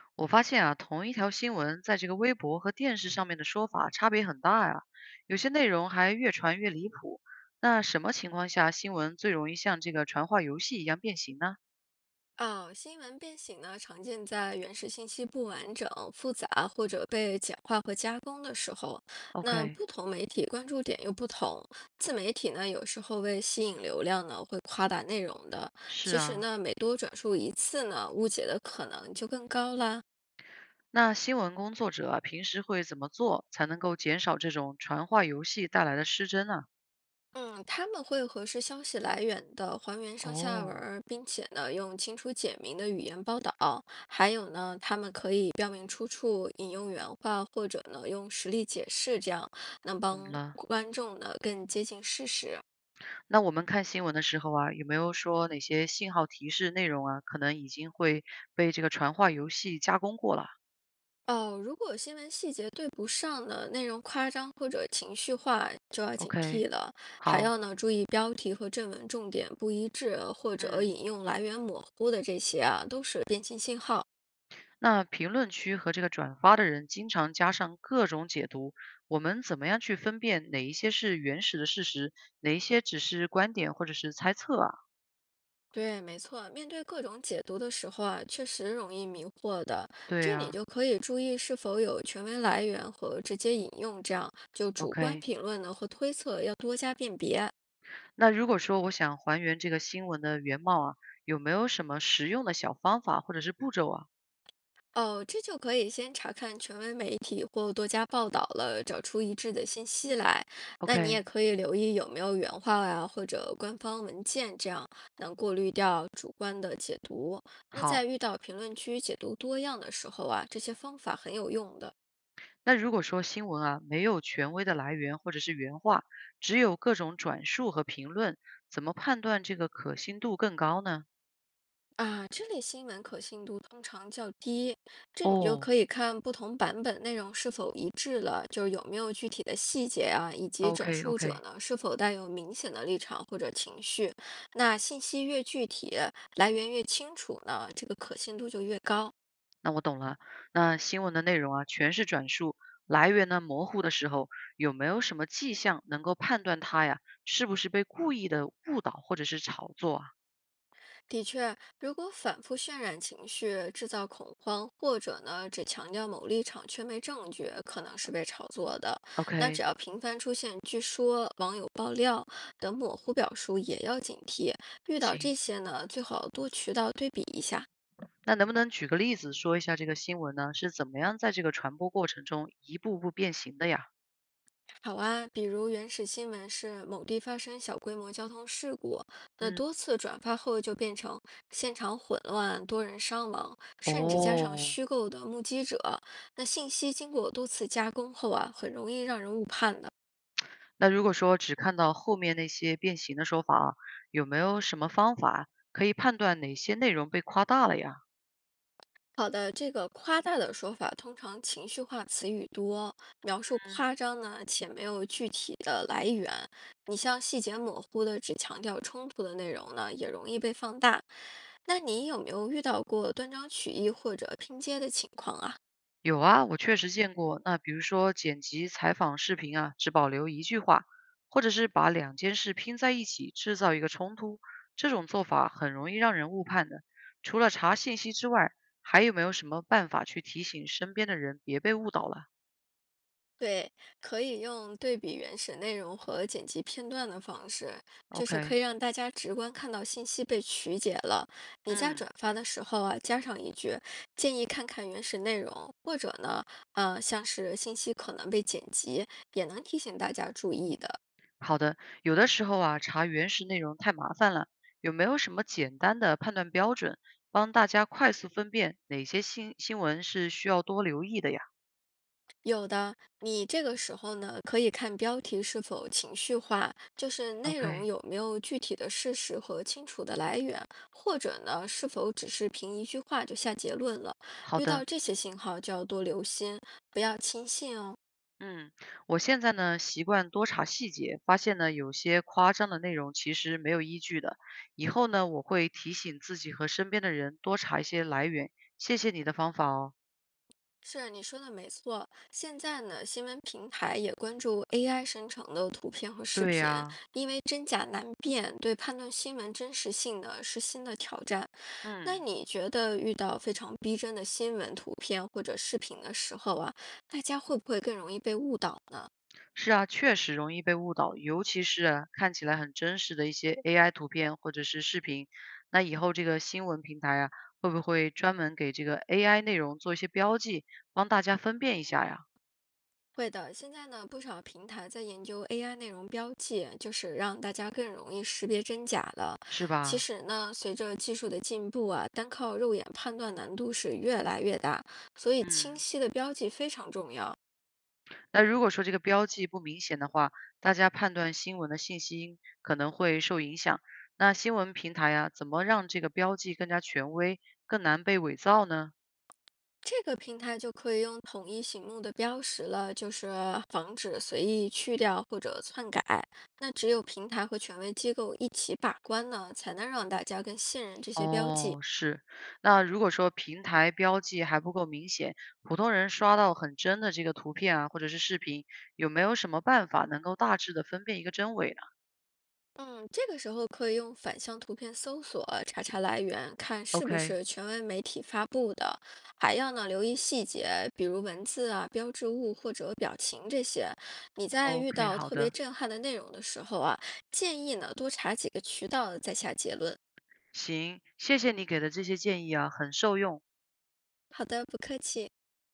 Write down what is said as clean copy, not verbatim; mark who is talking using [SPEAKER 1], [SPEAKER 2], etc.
[SPEAKER 1] 我发现啊，同一条新闻在这个微博和电视上面的说法差别很大呀，有些内容还越传越离谱。那什么情况下新闻最容易像这个传话游戏一样变形呢
[SPEAKER 2] 啊，新闻变形呢，常见在原始信息不完整、复杂或者被简化和加工的时候。那
[SPEAKER 1] ？OK，
[SPEAKER 2] 不同媒体关注点又不同，自媒体呢，有时候为吸引流量呢，会夸大内容的。
[SPEAKER 1] 是
[SPEAKER 2] 其实
[SPEAKER 1] 啊，
[SPEAKER 2] 呢，每多转述一次呢，误解的可能就更高啦。
[SPEAKER 1] 那新闻工作者啊，平时会怎么做才能够减少这种传话游戏带来的失真呢？
[SPEAKER 2] 嗯，他们会核实消息来源的，还原上下文
[SPEAKER 1] 哦，
[SPEAKER 2] 儿，并且呢，用清楚简明的语言报道。还有呢，他们可以标明出处，引用原话，或者呢，用实例解释，这样能
[SPEAKER 1] 懂
[SPEAKER 2] 帮
[SPEAKER 1] 了。
[SPEAKER 2] 观众呢更接近事实。
[SPEAKER 1] 那我们看新闻的时候啊，有没有说哪些信号提示内容啊，可能已经会被这个传话游戏加工过了
[SPEAKER 2] 哦，如果新闻细节对不上呢，内容夸张或者情绪化，就要警
[SPEAKER 1] ？OK，
[SPEAKER 2] 惕了。还
[SPEAKER 1] 好。
[SPEAKER 2] 要呢，注意标题和正文重点不一致，或者
[SPEAKER 1] 嗯，
[SPEAKER 2] 引用来源模糊的这些啊，都是变形信号。
[SPEAKER 1] 那评论区和这个转发的人经常加上各种解读，我们怎么样去分辨哪一些是原始的事实，哪一些只是观点或者是猜测啊？
[SPEAKER 2] 对，没错，面对各种解读的时候啊，确实容易迷惑的。
[SPEAKER 1] 对
[SPEAKER 2] 这你
[SPEAKER 1] 啊
[SPEAKER 2] 就可以注意是否有权威来源和直接引用，这样就主观
[SPEAKER 1] ，OK。
[SPEAKER 2] 评论呢和推测要多加辨别。
[SPEAKER 1] 那如果说我想还原这个新闻的原貌啊，有没有什么实用的小方法或者是步骤啊
[SPEAKER 2] 哦，这就可以先查看权威媒体或多家报道了，找出一致的信息来。那你也
[SPEAKER 1] ？OK，
[SPEAKER 2] 可以留意有没有原话呀，或者官方文件，这样能过滤掉主观的解读。那在
[SPEAKER 1] 好。
[SPEAKER 2] 遇到评论区解读多样的时候啊，这些方法很有用的。
[SPEAKER 1] 那如果说新闻啊没有权威的来源或者是原话，只有各种转述和评论，怎么判断这个可信度更高呢？
[SPEAKER 2] 啊，这类新闻可信度通常较低，这你就
[SPEAKER 1] 哦
[SPEAKER 2] 可以看不同版本内容是否一致了，就是有没有具体的细节啊，以及转述者
[SPEAKER 1] ，OK，OK。
[SPEAKER 2] 呢是否带有明显的立场或者情绪。那信息越具体，来源越清楚呢，这个可信度就越高。
[SPEAKER 1] 那我懂了。那新闻的内容啊，全是转述，来源呢模糊的时候，有没有什么迹象能够判断它呀是不是被故意的误导或者是炒作啊
[SPEAKER 2] 的确，如果反复渲染情绪、制造恐慌，或者呢只强调某立场却没证据，可能是被炒作的。那只
[SPEAKER 1] ？OK，
[SPEAKER 2] 要频繁出现“据说”“网友爆料”等模糊表述，也要警惕。遇到这
[SPEAKER 1] 行。
[SPEAKER 2] 些呢，最好多渠道对比一下，
[SPEAKER 1] 那能不能举个例子说一下这个新闻呢是怎么样在这个传播过程中一步步变形的呀？
[SPEAKER 2] 好啊，比如原始新闻是某地发生小规模交通事故，那
[SPEAKER 1] 嗯，
[SPEAKER 2] 多次转发后就变成现场混乱、多人伤亡，甚至加上
[SPEAKER 1] 哦，
[SPEAKER 2] 虚构的目击者。那信息经过多次加工后啊，很容易让人误判的。
[SPEAKER 1] 那如果说只看到后面那些变形的说法啊，有没有什么方法可以判断哪些内容被夸大了呀？
[SPEAKER 2] 好的，这个夸大的说法通常情绪化词语多，描述夸张呢且没有具体的来源。你像细节模糊的只强调冲突的内容呢，也容易被放大。那你有没有遇到过断章取义或者拼接的情况啊？
[SPEAKER 1] 有啊，我确实见过。那比如说剪辑采访视频啊，只保留一句话，或者是把两件事拼在一起，制造一个冲突，这种做法很容易让人误判的。除了查信息之外，还有没有什么办法去提醒身边的人别被误导了
[SPEAKER 2] 对，可以用对比原始内容和剪辑片段的方式，就是可
[SPEAKER 1] ？OK，
[SPEAKER 2] 以让大家直观看到信息被曲解了。你在
[SPEAKER 1] 嗯，
[SPEAKER 2] 转发的时候啊，加上一句建议看看原始内容，或者呢，像是信息可能被剪辑，也能提醒大家注意的。
[SPEAKER 1] 好的。有的时候啊，查原始内容太麻烦了，有没有什么简单的判断标准，帮大家快速分辨哪些新新闻是需要多留意的呀
[SPEAKER 2] 有的，你这个时候呢，可以看标题是否情绪化，就是内容
[SPEAKER 1] ？OK，
[SPEAKER 2] 有没有具体的事实和清楚的来源，或者呢，是否只是凭一句话就下结论了。
[SPEAKER 1] 好
[SPEAKER 2] 遇到
[SPEAKER 1] 的。
[SPEAKER 2] 这些信号就要多留心，不要轻信哦。
[SPEAKER 1] 嗯，我现在呢习惯多查细节，发现呢有些夸张的内容其实没有依据的。以后呢我会提醒自己和身边的人多查一些来源。谢谢你的方法哦。
[SPEAKER 2] 是你说的没错，现在呢，新闻平台也关注 AI 生成的图片和视
[SPEAKER 1] 对
[SPEAKER 2] 频，
[SPEAKER 1] 呀，
[SPEAKER 2] 因为真假难辨，对判断新闻真实性呢是新的挑战。那
[SPEAKER 1] 嗯，
[SPEAKER 2] 你觉得遇到非常逼真的新闻图片或者视频的时候啊，大家会不会更容易被误导呢？
[SPEAKER 1] 是啊，确实容易被误导，尤其是啊看起来很真实的一些 AI 图片或者是视频。那以后这个新闻平台啊，会不会专门给这个 AI 内容做一些标记，帮大家分辨一下呀？
[SPEAKER 2] 会的，现在呢，不少平台在研究 AI 内容标记，就是让大家更容易识别真假了。
[SPEAKER 1] 是
[SPEAKER 2] 其
[SPEAKER 1] 吧？
[SPEAKER 2] 实呢，随着技术的进步啊，单靠肉眼判断难度是越来越大，所以清
[SPEAKER 1] 嗯。
[SPEAKER 2] 晰的标记非常重要。
[SPEAKER 1] 那如果说这个标记不明显的话，大家判断新闻的信息可能会受影响。那新闻平台啊，怎么让这个标记更加权威，更难被伪造呢？
[SPEAKER 2] 这个平台就可以用统一醒目的标识了，就是防止随意去掉或者篡改。那只有平台和权威机构一起把关呢，才能让大家更信任这些标记。
[SPEAKER 1] 哦，是。那如果说平台标记还不够明显，普通人刷到很真的这个图片啊，或者是视频，有没有什么办法能够大致的分辨一个真伪呢
[SPEAKER 2] 嗯，这个时候可以用反向图片搜索查查来源，看是不
[SPEAKER 1] ？OK，OK，
[SPEAKER 2] 是权威媒体发布的。还要呢留意细节，比如文字啊、标志物或者表情这些。你在遇到
[SPEAKER 1] 好
[SPEAKER 2] 特别
[SPEAKER 1] 的，
[SPEAKER 2] 震撼的内容的时候啊，建议呢多查几个渠道再下结论。
[SPEAKER 1] 行，谢谢你给的这些建议啊，很受用。
[SPEAKER 2] 好的，不客气。